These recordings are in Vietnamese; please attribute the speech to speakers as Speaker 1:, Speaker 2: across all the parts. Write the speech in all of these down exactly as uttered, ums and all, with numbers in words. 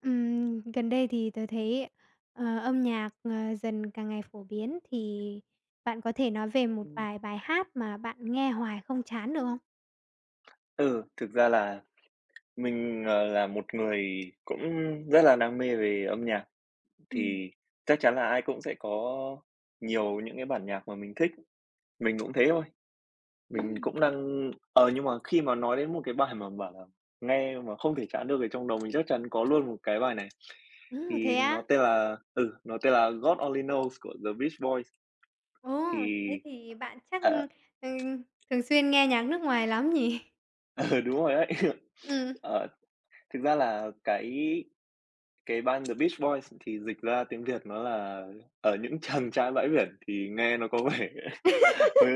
Speaker 1: Ừm, gần đây thì tớ thấy, ờ, âm nhạc, ờ, dần càng ngày phổ biến, thì bạn có thể nói về một
Speaker 2: Ừm.
Speaker 1: vài bài hát mà bạn nghe hoài không chán được không?
Speaker 2: Ừ, thực ra là mình, ờ, là một người cũng rất là đam mê về âm nhạc,
Speaker 1: Ừm.
Speaker 2: thì chắc chắn là ai cũng sẽ có nhiều những cái bản nhạc mà mình thích, mình cũng thế thôi. Mình
Speaker 1: Ừm.
Speaker 2: cũng đang ờ, nhưng mà khi mà nói đến một cái bài mà bảo là nghe mà không thể chán được thì trong đầu mình chắc chắn có luôn một cái bài này,
Speaker 1: Ồ, thế
Speaker 2: thì nó
Speaker 1: á?
Speaker 2: tên là ừ, nó tên là "God Only Knows" của The Beach Boys.
Speaker 1: Ồ, Ừm. thế
Speaker 2: Thì
Speaker 1: thì bạn chắc,
Speaker 2: ờ,
Speaker 1: ừ, thường xuyên nghe nhạc nước ngoài lắm nhỉ?
Speaker 2: ừ, đúng rồi đấy.
Speaker 1: Ừ
Speaker 2: Ờ, thực ra là cái Cái band The Beach Boys thì dịch ra tiếng Việt nó là "Ở những chàng trai bãi biển" thì nghe nó có vẻ hơi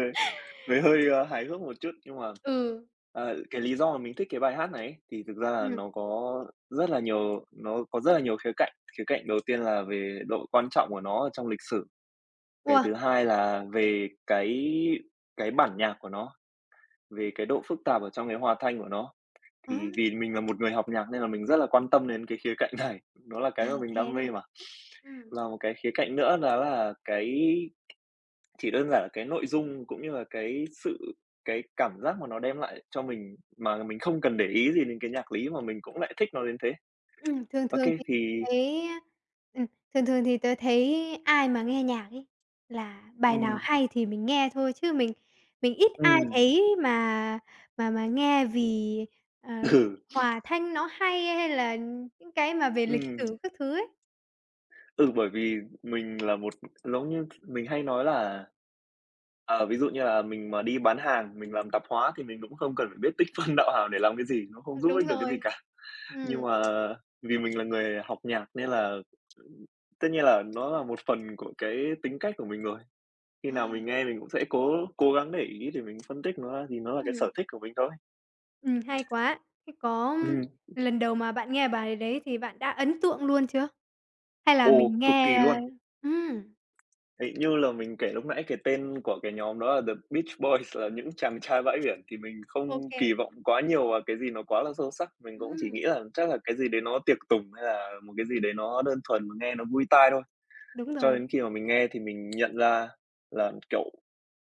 Speaker 2: thấy hơi, ơ, hài hước một chút, nhưng mà,
Speaker 1: Ừ.
Speaker 2: ờ, cái lý do mà mình thích cái bài hát này ấy, thì thực ra là
Speaker 1: Ừm.
Speaker 2: nó có rất là nhiều nó có rất là nhiều khía cạnh. Khía cạnh đầu tiên là về độ quan trọng của nó ở trong lịch sử, cái
Speaker 1: Ủa?
Speaker 2: thứ hai là về cái cái bản nhạc của nó, về cái độ phức tạp ở trong cái hòa thanh của nó.
Speaker 1: Á,
Speaker 2: Thì vì mình là một người học nhạc nên là mình rất là quan tâm đến cái khía cạnh này, đó là cái
Speaker 1: à,
Speaker 2: mà mình
Speaker 1: thế
Speaker 2: đam mê
Speaker 1: à?
Speaker 2: mà.
Speaker 1: Ừm.
Speaker 2: Và một cái khía cạnh nữa đó là cái chỉ đơn giản là cái nội dung cũng như là cái sự cái cảm giác mà nó đem lại cho mình mà mình không cần để ý gì đến cái nhạc lý mà mình cũng lại thích nó đến thế.
Speaker 1: Ừm, thường
Speaker 2: Ok,
Speaker 1: thường thì
Speaker 2: thì
Speaker 1: thấy ừm, Thường thường thì tớ thấy ai mà nghe nhạc ấy, là bài nào
Speaker 2: ừm,
Speaker 1: hay thì mình nghe thôi, chứ mình mình ít ai
Speaker 2: ừm,
Speaker 1: thấy mà mà mà nghe vì, ờ,
Speaker 2: ừ,
Speaker 1: hòa thanh nó hay hay là những cái mà về lịch
Speaker 2: ừm,
Speaker 1: sử các thứ ấy.
Speaker 2: ừ, bởi vì mình là một, giống như mình hay nói là, Ờ, ví dụ như là mình mà đi bán hàng, mình làm tạp hóa thì mình cũng không cần phải biết tích phân đạo hàm để làm cái gì, nó
Speaker 1: Ừ,
Speaker 2: không giúp
Speaker 1: đúng
Speaker 2: ích được cái gì
Speaker 1: rồi.
Speaker 2: cả. Nhưng
Speaker 1: Ừm,
Speaker 2: mà vì mình là người học nhạc nên là, tất nhiên là nó là một phần của cái tính cách của mình rồi. Khi nào
Speaker 1: wow,
Speaker 2: mình nghe mình cũng sẽ cố cố gắng để ý để mình phân tích nó ra thì nó là cái
Speaker 1: ừm,
Speaker 2: sở thích của mình thôi.
Speaker 1: ừm, hay quá. Thế có
Speaker 2: Ừm.
Speaker 1: lần đầu mà bạn nghe bài đấy thì bạn đã ấn tượng luôn chưa? Hay là mình
Speaker 2: Ồ, cực kỳ
Speaker 1: nghe
Speaker 2: luôn.
Speaker 1: ừm,
Speaker 2: Hình như là mình kể lúc nãy cái tên của cái nhóm đó là The Beach Boys là những chàng trai bãi biển, thì mình
Speaker 1: ô
Speaker 2: không
Speaker 1: kê,
Speaker 2: kỳ vọng quá nhiều vào cái gì nó quá là sâu sắc, mình cũng chỉ
Speaker 1: ừm,
Speaker 2: nghĩ là chắc là cái gì đấy nó tiệc tùng hay là một cái gì đấy nó đơn thuần mà nghe nó vui tai thôi.
Speaker 1: đúng
Speaker 2: Cho
Speaker 1: rồi.
Speaker 2: đến khi mà mình nghe thì mình nhận ra là, kiểu,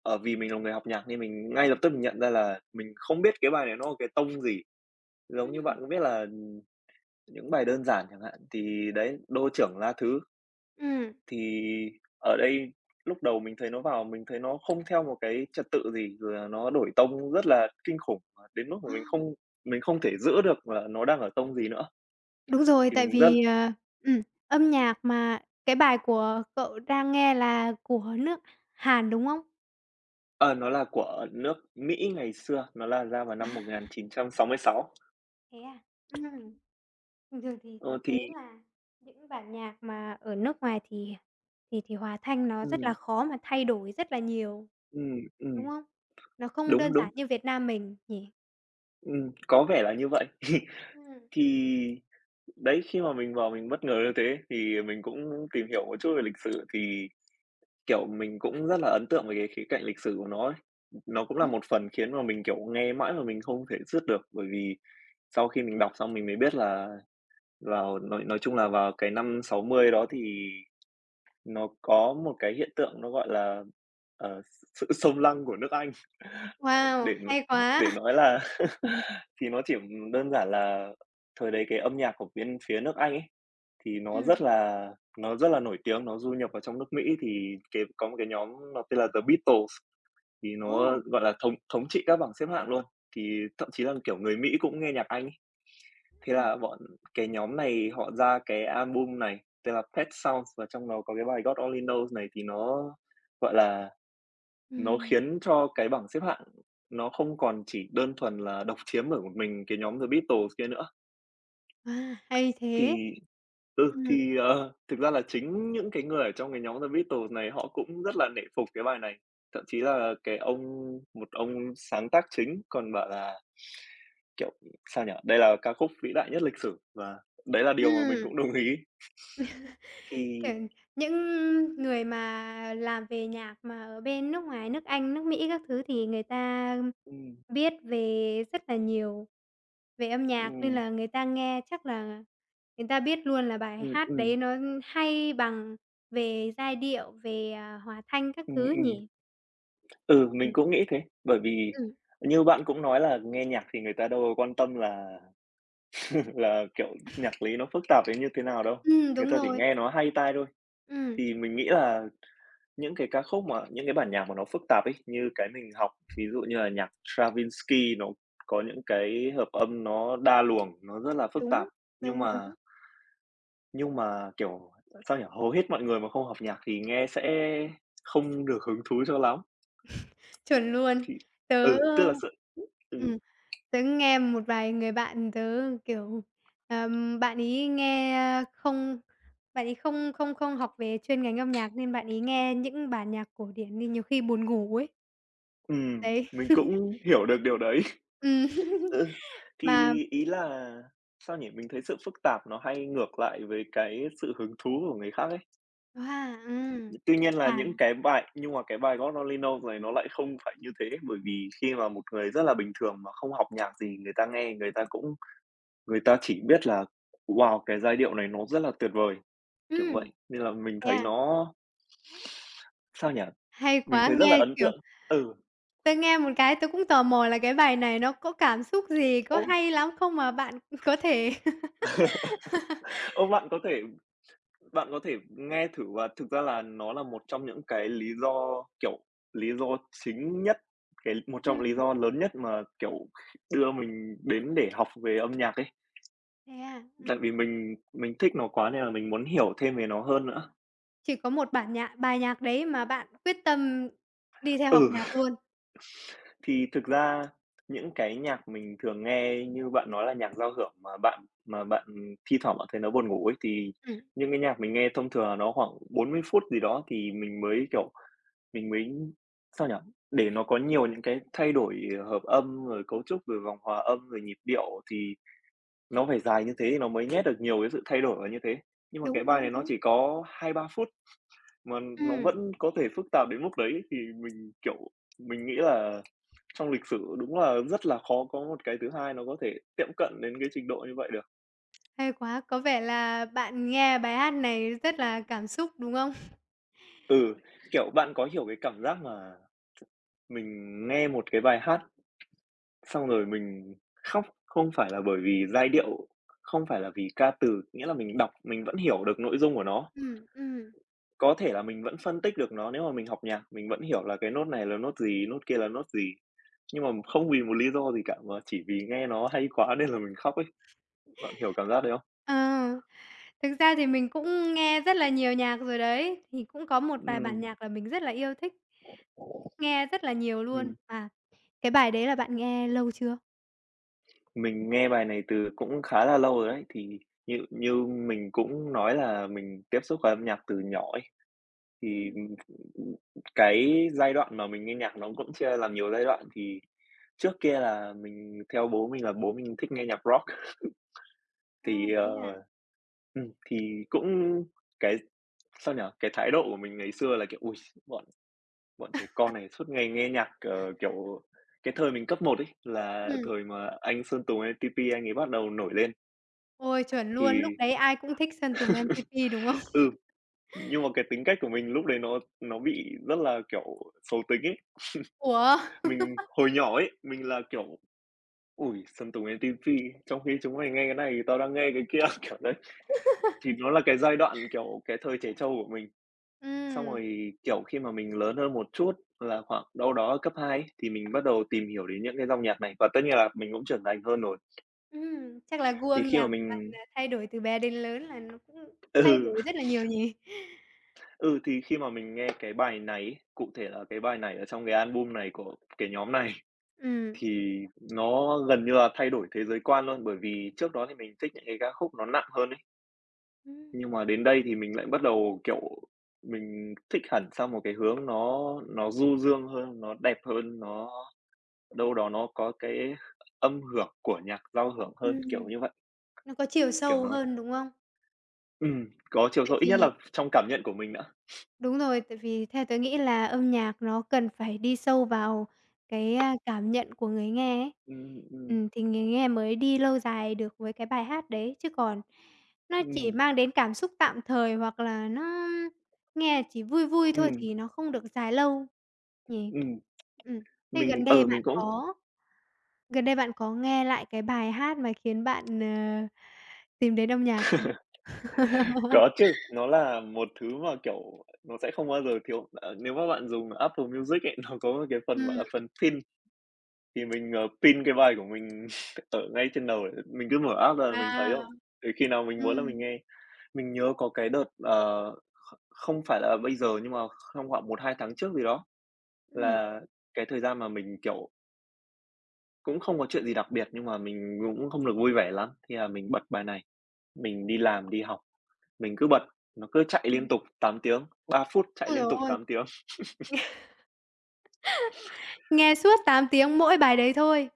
Speaker 2: ờ, vì mình là người học nhạc nên mình ngay lập tức mình nhận ra là mình không biết cái bài này nó là cái tông gì. Giống như bạn
Speaker 1: Ừm,
Speaker 2: cũng biết là những bài đơn giản chẳng hạn, thì đấy, đô trưởng la thứ.
Speaker 1: ừm.
Speaker 2: Thì ở đây lúc đầu mình thấy nó vào mình thấy nó không theo một cái trật tự gì, rồi là nó đổi tông rất là kinh khủng, à, đến mức mà mình
Speaker 1: À.
Speaker 2: không mình không thể giữ được là nó đang ở tông gì nữa.
Speaker 1: Đúng rồi,
Speaker 2: Thì
Speaker 1: tại
Speaker 2: mình rất
Speaker 1: vì, ờ, ừm, âm nhạc mà cái bài của cậu đang nghe là của nước Hàn, đúng không?
Speaker 2: ờ, Nó là của nước Mỹ ngày xưa, nó là ra vào năm
Speaker 1: À.
Speaker 2: một nghìn chín trăm sáu mươi sáu.
Speaker 1: Thế à? Ừm, Bình thường thì tớ
Speaker 2: Ờ,
Speaker 1: thấy
Speaker 2: thì
Speaker 1: là những bản nhạc mà ở nước ngoài thì thì thì hòa thanh nó rất là
Speaker 2: ừm,
Speaker 1: khó mà thay đổi rất là nhiều,
Speaker 2: ừm,
Speaker 1: đúng
Speaker 2: ừm,
Speaker 1: không? Nó không đơn
Speaker 2: đúng, đúng,
Speaker 1: giản như Việt Nam mình nhỉ?
Speaker 2: ừm, có vẻ là như vậy.
Speaker 1: Ừm.
Speaker 2: Thì đấy, khi mà mình vào mình bất ngờ như thế thì mình cũng tìm hiểu một chút về lịch sử thì kiểu, mình cũng rất là ấn tượng về cái khía cạnh lịch sử của nó ấy. Nó cũng là
Speaker 1: Ừm.
Speaker 2: một phần khiến mà mình, kiểu, nghe mãi mà mình không thể dứt được, bởi vì sau khi mình đọc xong mình mới biết là vào nói nói chung là vào cái năm sáu mươi đó thì nó có một cái hiện tượng nó gọi là, ờ, sự xông lăng của nước Anh. để
Speaker 1: Wow,
Speaker 2: n
Speaker 1: hay
Speaker 2: để
Speaker 1: quá!
Speaker 2: nói là thì nó chỉ đơn giản là thời đấy cái âm nhạc của bên phía nước Anh ấy, thì nó
Speaker 1: Ừm.
Speaker 2: rất là nó rất là nổi tiếng, nó du nhập vào trong nước Mỹ thì cái có một cái nhóm nó tên là The Beatles, thì
Speaker 1: Ồ!
Speaker 2: nó, gọi là, thống thống trị các bảng xếp hạng luôn, thì thậm chí là, kiểu, người Mỹ cũng nghe nhạc Anh ấy. Thế
Speaker 1: À.
Speaker 2: là bọn Cái nhóm này họ ra cái album này tên là Pet Sounds và trong đó có cái bài God Only Knows này thì nó, gọi là, nó
Speaker 1: Ừm.
Speaker 2: khiến cho cái bảng xếp hạng nó không còn chỉ đơn thuần là độc chiếm bởi một mình cái nhóm The Beatles kia nữa.
Speaker 1: Wow, hay thế!
Speaker 2: Thì Ừ,
Speaker 1: Ừm,
Speaker 2: thì, ờ, thực ra là chính những cái người ở trong cái nhóm The Beatles này họ cũng rất là nể phục cái bài này. Thậm chí là cái ông một ông sáng tác chính còn bảo là, kiểu, sao nhỉ, đây là ca khúc vĩ đại nhất lịch sử và đấy là điều mà mình
Speaker 1: ừm.
Speaker 2: cũng đồng ý. Thì
Speaker 1: Kiểu, những người mà làm về nhạc mà ở bên nước ngoài, nước Anh, nước Mỹ các thứ thì người ta
Speaker 2: ừm,
Speaker 1: biết về rất là nhiều về âm nhạc, nên
Speaker 2: ừm,
Speaker 1: là người ta nghe chắc là người ta biết luôn là bài
Speaker 2: ừm,
Speaker 1: hát
Speaker 2: ừm,
Speaker 1: đấy nó hay bằng về giai điệu, về, à, hòa thanh các
Speaker 2: ừm,
Speaker 1: thứ
Speaker 2: ừm.
Speaker 1: nhỉ?
Speaker 2: Ừ,
Speaker 1: Ừm.
Speaker 2: mình cũng nghĩ thế, bởi vì
Speaker 1: Ừm.
Speaker 2: như bạn cũng nói là nghe nhạc thì người ta đâu có quan tâm là là, kiểu, nhạc lý nó phức tạp đến như thế nào đâu,
Speaker 1: Ừm,
Speaker 2: người
Speaker 1: đúng
Speaker 2: ta chỉ
Speaker 1: rồi.
Speaker 2: nghe nó hay tai thôi.
Speaker 1: Ừm,
Speaker 2: Thì mình nghĩ là những cái ca khúc mà những cái bản nhạc mà nó phức tạp ấy, như cái mình học, ví dụ như là nhạc Stravinsky nó có những cái hợp âm nó đa luồng, nó rất là phức
Speaker 1: đúng,
Speaker 2: tạp, nhưng
Speaker 1: đúng, đúng,
Speaker 2: mà nhưng mà, kiểu, sao nhỉ, hầu hết mọi người mà không học nhạc thì nghe sẽ không được hứng thú cho lắm.
Speaker 1: chuẩn luôn.
Speaker 2: Thì
Speaker 1: Tớ,
Speaker 2: ừ, tức
Speaker 1: ơ
Speaker 2: là sự ừ
Speaker 1: ừm. Tớ nghe một vài người bạn tớ, kiểu, ờm, bạn ấy nghe không bạn ấy không không không học về chuyên ngành âm nhạc nên bạn ấy nghe những bản nhạc cổ điển nên nhiều khi buồn ngủ ấy.
Speaker 2: ừm,
Speaker 1: Đấy.
Speaker 2: mình cũng hiểu được điều đấy.
Speaker 1: Ừm.
Speaker 2: Ừ,
Speaker 1: Mà
Speaker 2: thì ý là, sao nhỉ, mình thấy sự phức tạp nó hay ngược lại với cái sự hứng thú của người khác ấy.
Speaker 1: wow, ừm.
Speaker 2: Tuy nhiên là
Speaker 1: À,
Speaker 2: những cái bài nhưng mà cái bài God Only Knows này nó lại không phải như thế, bởi vì khi mà một người rất là bình thường mà không học nhạc gì, người ta nghe người ta cũng người ta chỉ biết là "Wow, cái giai điệu này nó rất là tuyệt vời", kiểu
Speaker 1: ừm,
Speaker 2: vậy. Nên là mình
Speaker 1: thế
Speaker 2: thấy
Speaker 1: à?
Speaker 2: nó sao nhỉ?
Speaker 1: Hay
Speaker 2: Mình
Speaker 1: quá,
Speaker 2: thấy rất là
Speaker 1: nghe,
Speaker 2: ấn
Speaker 1: kiểu,
Speaker 2: tượng. Ừ,
Speaker 1: tớ nghe một cái tớ cũng tò mò là cái bài này nó có cảm xúc gì, có
Speaker 2: ô,
Speaker 1: hay lắm không mà bạn có thể
Speaker 2: ô, bạn có thể bạn có thể nghe thử và thực ra là nó là một trong những cái lý do, kiểu, lý do chính nhất, cái một trong lý
Speaker 1: ừm,
Speaker 2: do lớn nhất mà, kiểu, đưa mình đến để học về âm nhạc ấy.
Speaker 1: thế à?
Speaker 2: Tại
Speaker 1: Ừm.
Speaker 2: vì mình mình thích nó quá nên là mình muốn hiểu thêm về nó hơn nữa.
Speaker 1: Chỉ có một bản nhạc bài nhạc đấy mà bạn quyết tâm đi theo học
Speaker 2: Ừ,
Speaker 1: nhạc luôn.
Speaker 2: thì thực ra những cái nhạc mình thường nghe như bạn nói là nhạc giao hưởng mà bạn mà bạn thi thoảng bạn thấy nó buồn ngủ ấy, thì
Speaker 1: Ừm,
Speaker 2: những cái nhạc mình nghe thông thường là nó khoảng bốn mươi phút gì đó thì mình mới, kiểu, mình mới sao nhỉ? Để nó có nhiều những cái thay đổi hợp âm, rồi cấu trúc, rồi vòng hòa âm, rồi nhịp điệu thì nó phải dài như thế thì nó mới nhét được nhiều cái sự thay đổi vào như thế. Nhưng mà
Speaker 1: đúng,
Speaker 2: cái bài
Speaker 1: đúng,
Speaker 2: này nó
Speaker 1: đúng.
Speaker 2: chỉ có hai ba phút. Mà nó
Speaker 1: Ừm,
Speaker 2: vẫn có thể phức tạp đến mức đấy thì mình, kiểu, mình nghĩ là trong lịch sử đúng là rất là khó có một cái thứ hai nó có thể tiệm cận đến cái trình độ như vậy được.
Speaker 1: Hay quá, có vẻ là bạn nghe bài hát này rất là cảm xúc, đúng không?
Speaker 2: Ừ, kiểu, bạn có hiểu cái cảm giác mà mình nghe một cái bài hát xong rồi mình khóc không phải là bởi vì giai điệu, không phải là vì ca từ, nghĩa là mình đọc mình vẫn hiểu được nội dung của nó.
Speaker 1: Ừm, ừm.
Speaker 2: Có thể là mình vẫn phân tích được nó nếu mà mình học nhạc, mình vẫn hiểu là cái nốt này là nốt gì, nốt kia là nốt gì. Nhưng mà không vì một lý do gì cả, mà chỉ vì nghe nó hay quá nên là mình khóc ấy. Bạn hiểu cảm giác đấy không?
Speaker 1: Ờ, Thực ra thì mình cũng nghe rất là nhiều nhạc rồi đấy, thì cũng có một vài bản
Speaker 2: Ừm.
Speaker 1: nhạc là mình rất là yêu thích, nghe rất là nhiều luôn.
Speaker 2: Ừm,
Speaker 1: Mà cái bài đấy là bạn nghe lâu chưa?
Speaker 2: mình nghe bài này từ cũng khá là lâu rồi đấy, thì như như mình cũng nói là mình tiếp xúc với âm nhạc từ nhỏ ấy, thì,
Speaker 1: Ừm,
Speaker 2: cái giai đoạn mà mình nghe nhạc nó cũng chia làm nhiều giai đoạn. Thì trước kia là mình theo bố mình là bố mình thích nghe nhạc rock,
Speaker 1: a,
Speaker 2: thì,
Speaker 1: thế hả?
Speaker 2: ờ ừm, thì cũng cái sao nhỉ? Cái thái độ của mình ngày xưa là, kiểu, ôi, bọn bọn trẻ con này suốt ngày nghe nhạc, ờ, kiểu, cái thời mình cấp một ấy, là
Speaker 1: Ừm.
Speaker 2: thời mà anh Sơn Tùng M-tê pê anh ấy bắt đầu nổi lên,
Speaker 1: Ôi, chuẩn luôn, lúc
Speaker 2: thì
Speaker 1: đấy ai cũng thích Sơn Tùng M-em tê pê, đúng không?
Speaker 2: ừ, nhưng mà cái tính cách của mình lúc đấy nó nó bị rất là, kiểu, xấu tính ấy.
Speaker 1: Ủa?
Speaker 2: Mình hồi nhỏ ấy, mình là, kiểu, "Ôi, Sơn Tùng M-tê pê, trong khi chúng mày nghe cái này, tao đang nghe cái kia", kiểu đấy. Thì nó là cái giai đoạn, kiểu, cái thời trẻ trâu của mình. Xong
Speaker 1: Ừm,
Speaker 2: rồi, kiểu, khi mà mình lớn hơn một chút là khoảng đâu đó ở cấp hai ấy, thì mình bắt đầu tìm hiểu đến những cái dòng nhạc này và tất nhiên là mình cũng trưởng thành hơn rồi.
Speaker 1: Ừm. chắc là gu
Speaker 2: Thì
Speaker 1: âm
Speaker 2: khi
Speaker 1: nhạc
Speaker 2: mà
Speaker 1: của bạn
Speaker 2: mình
Speaker 1: là thay đổi từ bé đến lớn là nó cũng thay
Speaker 2: ừ,
Speaker 1: đổi rất là nhiều nhỉ?
Speaker 2: ừ, thì khi mà mình nghe cái bài này ấy, cụ thể là cái bài này ở trong cái album này của cái nhóm này
Speaker 1: Ừm.
Speaker 2: thì nó gần như là thay đổi thế giới quan luôn, bởi vì trước đó thì mình thích những cái ca khúc nó nặng hơn ấy,
Speaker 1: Ừm.
Speaker 2: nhưng mà đến đây thì mình lại bắt đầu, kiểu, mình thích hẳn sang một cái hướng nó nó du dương hơn, nó đẹp hơn, nó đâu đó nó có cái âm hưởng của nhạc giao hưởng hơn, kiểu
Speaker 1: Ừm,
Speaker 2: như vậy,
Speaker 1: nó có chiều
Speaker 2: kiểu,
Speaker 1: sâu
Speaker 2: nó
Speaker 1: hơn, đúng không?
Speaker 2: ừm, có chiều
Speaker 1: Tại
Speaker 2: sâu, ít nhất
Speaker 1: vì
Speaker 2: là trong cảm nhận của mình đã.
Speaker 1: Đúng rồi, tại vì theo tớ nghĩ là âm nhạc nó cần phải đi sâu vào cái, a, cảm nhận của người nghe ấy.
Speaker 2: Ừm, ừm,
Speaker 1: Ừm, thì người nghe mới đi lâu dài được với cái bài hát đấy, chứ còn nó chỉ
Speaker 2: ừm,
Speaker 1: mang đến cảm xúc tạm thời hoặc là nó nghe chỉ vui vui thôi
Speaker 2: ừm,
Speaker 1: thì nó không được dài lâu nhỉ?
Speaker 2: ừm,
Speaker 1: Ừm, Thế
Speaker 2: mình
Speaker 1: gần đây
Speaker 2: ừ, mình
Speaker 1: bạn
Speaker 2: cũng
Speaker 1: có gần đây bạn có nghe lại cái bài hát mà khiến bạn, ờ, tìm đến âm nhạc?
Speaker 2: có chứ, nó là một thứ mà, kiểu, nó sẽ không bao giờ thiếu ờ, nếu mà bạn dùng Apple Music ấy, nó có một cái phần, gọi
Speaker 1: Ừm,
Speaker 2: là, phần pin, thì mình, ờ, pin cái bài của mình ở ngay trên đầu, mình cứ mở app ra là mình thấy
Speaker 1: wow!
Speaker 2: rồi, thì khi nào mình muốn là mình
Speaker 1: Ừm,
Speaker 2: nghe. Mình nhớ có cái đợt, ờ, kh không phải là bây giờ nhưng mà trong khoảng một hai tháng trước gì đó, là cái thời gian mà mình, kiểu, cũng không có chuyện gì đặc biệt nhưng mà mình cũng không được vui vẻ lắm, thì là mình bật bài này, mình đi làm, đi học, mình cứ bật, nó cứ chạy
Speaker 1: ừm.
Speaker 2: liên tục tám tiếng, ba phút chạy
Speaker 1: Ôi giời
Speaker 2: liên tục
Speaker 1: ôi!
Speaker 2: tám tiếng.
Speaker 1: Nghe suốt tám tiếng mỗi bài đấy thôi.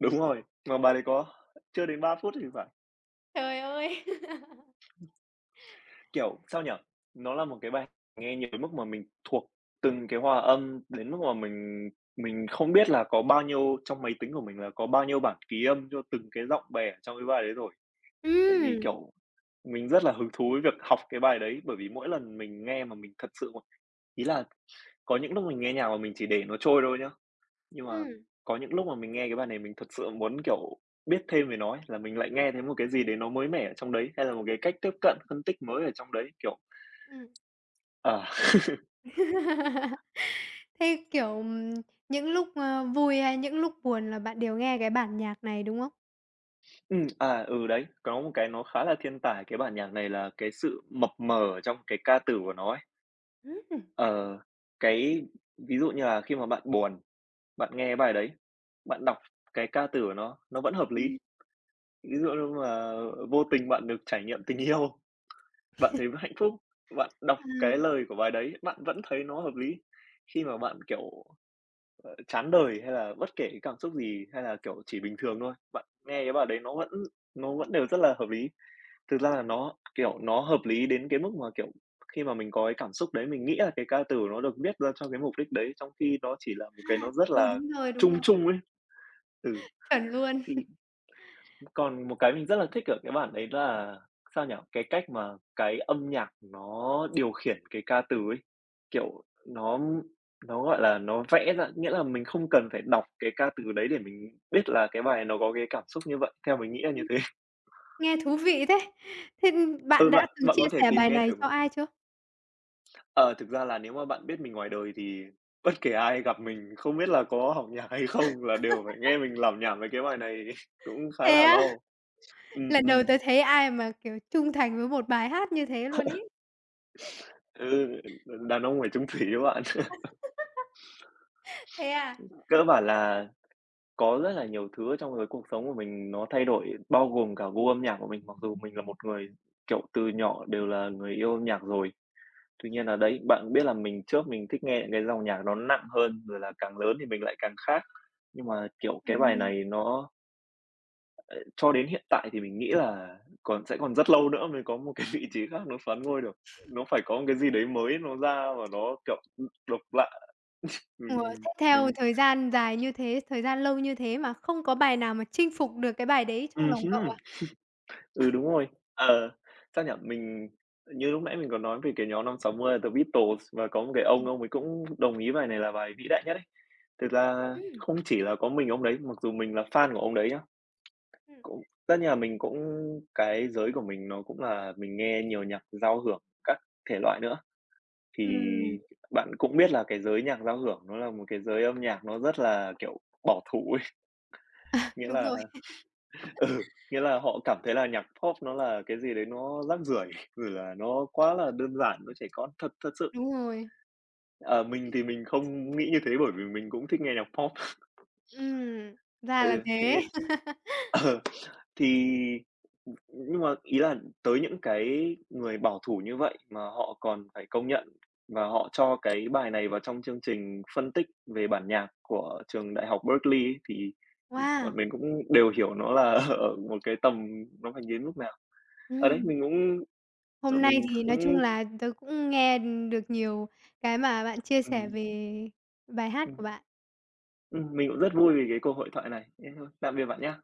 Speaker 2: Đúng rồi, mà bài đấy có chưa đến ba phút thì phải.
Speaker 1: Trời ơi!
Speaker 2: Kiểu, sao nhỉ? Nó là một cái bài nghe nhiều đến mức mà mình thuộc từng cái hòa âm, đến mức mà mình mình không biết là có bao nhiêu trong máy tính của mình là có bao nhiêu bản ký âm cho từng cái giọng bè ở trong cái bài đấy rồi. Tại vì,
Speaker 1: Ừm,
Speaker 2: kiểu, mình rất là hứng thú với việc học cái bài đấy, bởi vì mỗi lần mình nghe mà mình thật sự mà ý là có những lúc mình nghe nhạc mà mình chỉ để nó trôi thôi nhá, nhưng mà
Speaker 1: ừm,
Speaker 2: có những lúc mà mình nghe cái bài này mình thật sự muốn, kiểu, biết thêm về nó ấy, là mình lại nghe thấy một cái gì đấy nó mới mẻ ở trong đấy, hay là một cái cách tiếp cận phân tích mới ở trong đấy, kiểu,
Speaker 1: ừm.
Speaker 2: à,
Speaker 1: Thế, kiểu, ừm, những lúc, ơ, vui hay những lúc buồn là bạn đều nghe cái bản nhạc này, đúng không?
Speaker 2: ừm, à, ừ, đấy, có một cái nó khá là thiên tài cái bản nhạc này là cái sự mập mờ ở trong cái ca từ của nó ấy.
Speaker 1: Ừm.
Speaker 2: Ờ, cái ví dụ như là khi mà bạn buồn, bạn nghe bài đấy, bạn đọc cái ca từ của nó, nó vẫn hợp lý.
Speaker 1: Ừm,
Speaker 2: Ví dụ như mà vô tình bạn được trải nghiệm tình yêu, bạn thấy hạnh phúc, bạn đọc
Speaker 1: à,
Speaker 2: cái lời của bài đấy, bạn vẫn thấy nó hợp lý. Khi mà bạn, kiểu, ờ, chán đời hay là bất kể cái cảm xúc gì, hay là, kiểu, chỉ bình thường thôi, bạn nghe cái bài đấy nó vẫn nó vẫn đều rất là hợp lý. Thực ra là nó, kiểu, nó hợp lý đến cái mức mà, kiểu, khi mà mình có cái cảm xúc đấy, mình nghĩ là cái ca từ nó được viết ra cho cái mục đích đấy, trong khi đó chỉ là một cái nó rất
Speaker 1: ừ,
Speaker 2: là
Speaker 1: đúng rồi, đúng rồi,
Speaker 2: chung chung ấy. Ừ,
Speaker 1: chuẩn luôn.
Speaker 2: thì còn một cái mình rất là thích ở cái bản đấy là, sao nhỉ, cái cách mà cái âm nhạc nó điều khiển cái ca từ ấy. Kiểu, nó nó, gọi là, nó vẽ ra nghĩa là mình không cần phải đọc cái ca từ đấy để mình biết là cái bài nó có cái cảm xúc như vậy, theo mình nghĩ là như thế.
Speaker 1: Nghe thú vị thế! Thế, bạn
Speaker 2: Ừ,
Speaker 1: đã
Speaker 2: bạn
Speaker 1: từng
Speaker 2: bạn
Speaker 1: chia
Speaker 2: có thể
Speaker 1: sẻ
Speaker 2: tìm
Speaker 1: bài
Speaker 2: nghe
Speaker 1: này
Speaker 2: thử.
Speaker 1: cho ai chưa?
Speaker 2: Ờ, thực ra là nếu mà bạn biết mình ngoài đời thì bất kể ai gặp mình không biết là có học nhạc hay không là đều phải nghe mình lảm nhảm về cái bài này cũng khá
Speaker 1: Thế
Speaker 2: là
Speaker 1: á?
Speaker 2: lâu. Ừm,
Speaker 1: Lần đầu
Speaker 2: ừm,
Speaker 1: tớ thấy ai mà, kiểu, trung thành với một bài hát như thế luôn ấy.
Speaker 2: ừ, đàn ông phải chung thủy các bạn.
Speaker 1: Thế à?
Speaker 2: Cơ bản là có rất là nhiều thứ trong cái cuộc sống của mình nó thay đổi, bao gồm cả gu
Speaker 1: Ừm,
Speaker 2: âm nhạc của mình, mặc dù mình là một người, kiểu, từ nhỏ đều là người yêu âm nhạc rồi. Tuy
Speaker 1: đó,
Speaker 2: nhiên là đấy, bạn cũng biết là mình trước mình thích nghe những cái dòng nhạc nó nặng hơn, rồi là càng lớn thì mình lại càng khác. Nhưng mà, kiểu, cái
Speaker 1: chuẩn
Speaker 2: bài
Speaker 1: luôn.
Speaker 2: này nó cho đến hiện tại thì mình nghĩ là còn sẽ còn rất lâu nữa mới có một cái vị trí khác nó xoán ngôi được. Nó phải có một cái gì đấy mới nó ra và nó, kiểu, ừm, độc lạ. Mình
Speaker 1: Ủa, thế theo
Speaker 2: mình
Speaker 1: thời gian dài như thế, thời gian lâu như thế mà không có bài nào mà chinh phục được cái bài đấy trong
Speaker 2: ừm
Speaker 1: lòng cậu
Speaker 2: hứm,
Speaker 1: à?
Speaker 2: ừ, đúng rồi. Ờ, sao nhỉ? Mình như lúc nãy mình có nói về cái nhóm năm sáu mươi là The Beatles và có một cái ông,
Speaker 1: Ừm.
Speaker 2: ông ấy cũng đồng ý bài này là bài vĩ đại nhất ấy. Thực ra
Speaker 1: Ừm,
Speaker 2: không chỉ là có mình ông đấy, mặc dù mình là fan của ông đấy nhá,
Speaker 1: ừm.
Speaker 2: cũng tất nhiên là mình cũng cái giới của mình nó cũng là mình nghe nhiều nhạc giao hưởng các thể loại nữa. Thì bạn cũng biết là cái giới nhạc giao hưởng nó là một cái giới âm nhạc nó rất là, kiểu, bảo thủ ấy, nghĩa
Speaker 1: đúng rồi,
Speaker 2: là ừ, nghĩa là họ cảm thấy là nhạc Pop nó là cái gì đấy nó rác rưởi, rồi là nó quá là đơn giản, nó trẻ con thật thật sự.
Speaker 1: đúng rồi.
Speaker 2: Ờ, mình thì mình không nghĩ như thế bởi vì mình cũng thích nghe nhạc Pop.
Speaker 1: Ừm, Ra là
Speaker 2: Ừ,
Speaker 1: thế.
Speaker 2: thế ờ. Thì nhưng mà ý là tới những cái người bảo thủ như vậy mà họ còn phải công nhận và họ cho cái bài này vào trong chương trình phân tích về bản nhạc của trường đại học Berkeley ấy, thì, bọn
Speaker 1: Wow!
Speaker 2: mình cũng đều hiểu nó là ở một cái tầm nó phải đến mức nào. Ở đấy,
Speaker 1: Ừm,
Speaker 2: mình cũng ờ,
Speaker 1: Hôm nay
Speaker 2: mình
Speaker 1: thì nói chung
Speaker 2: cũng
Speaker 1: là tớ cũng nghe được nhiều cái mà bạn chia sẻ
Speaker 2: ừm,
Speaker 1: về bài hát
Speaker 2: ừm,
Speaker 1: của bạn.
Speaker 2: ừm, mình cũng rất vui vì cái cuộc hội thoại này. Thế thôi, tạm biệt bạn nhá.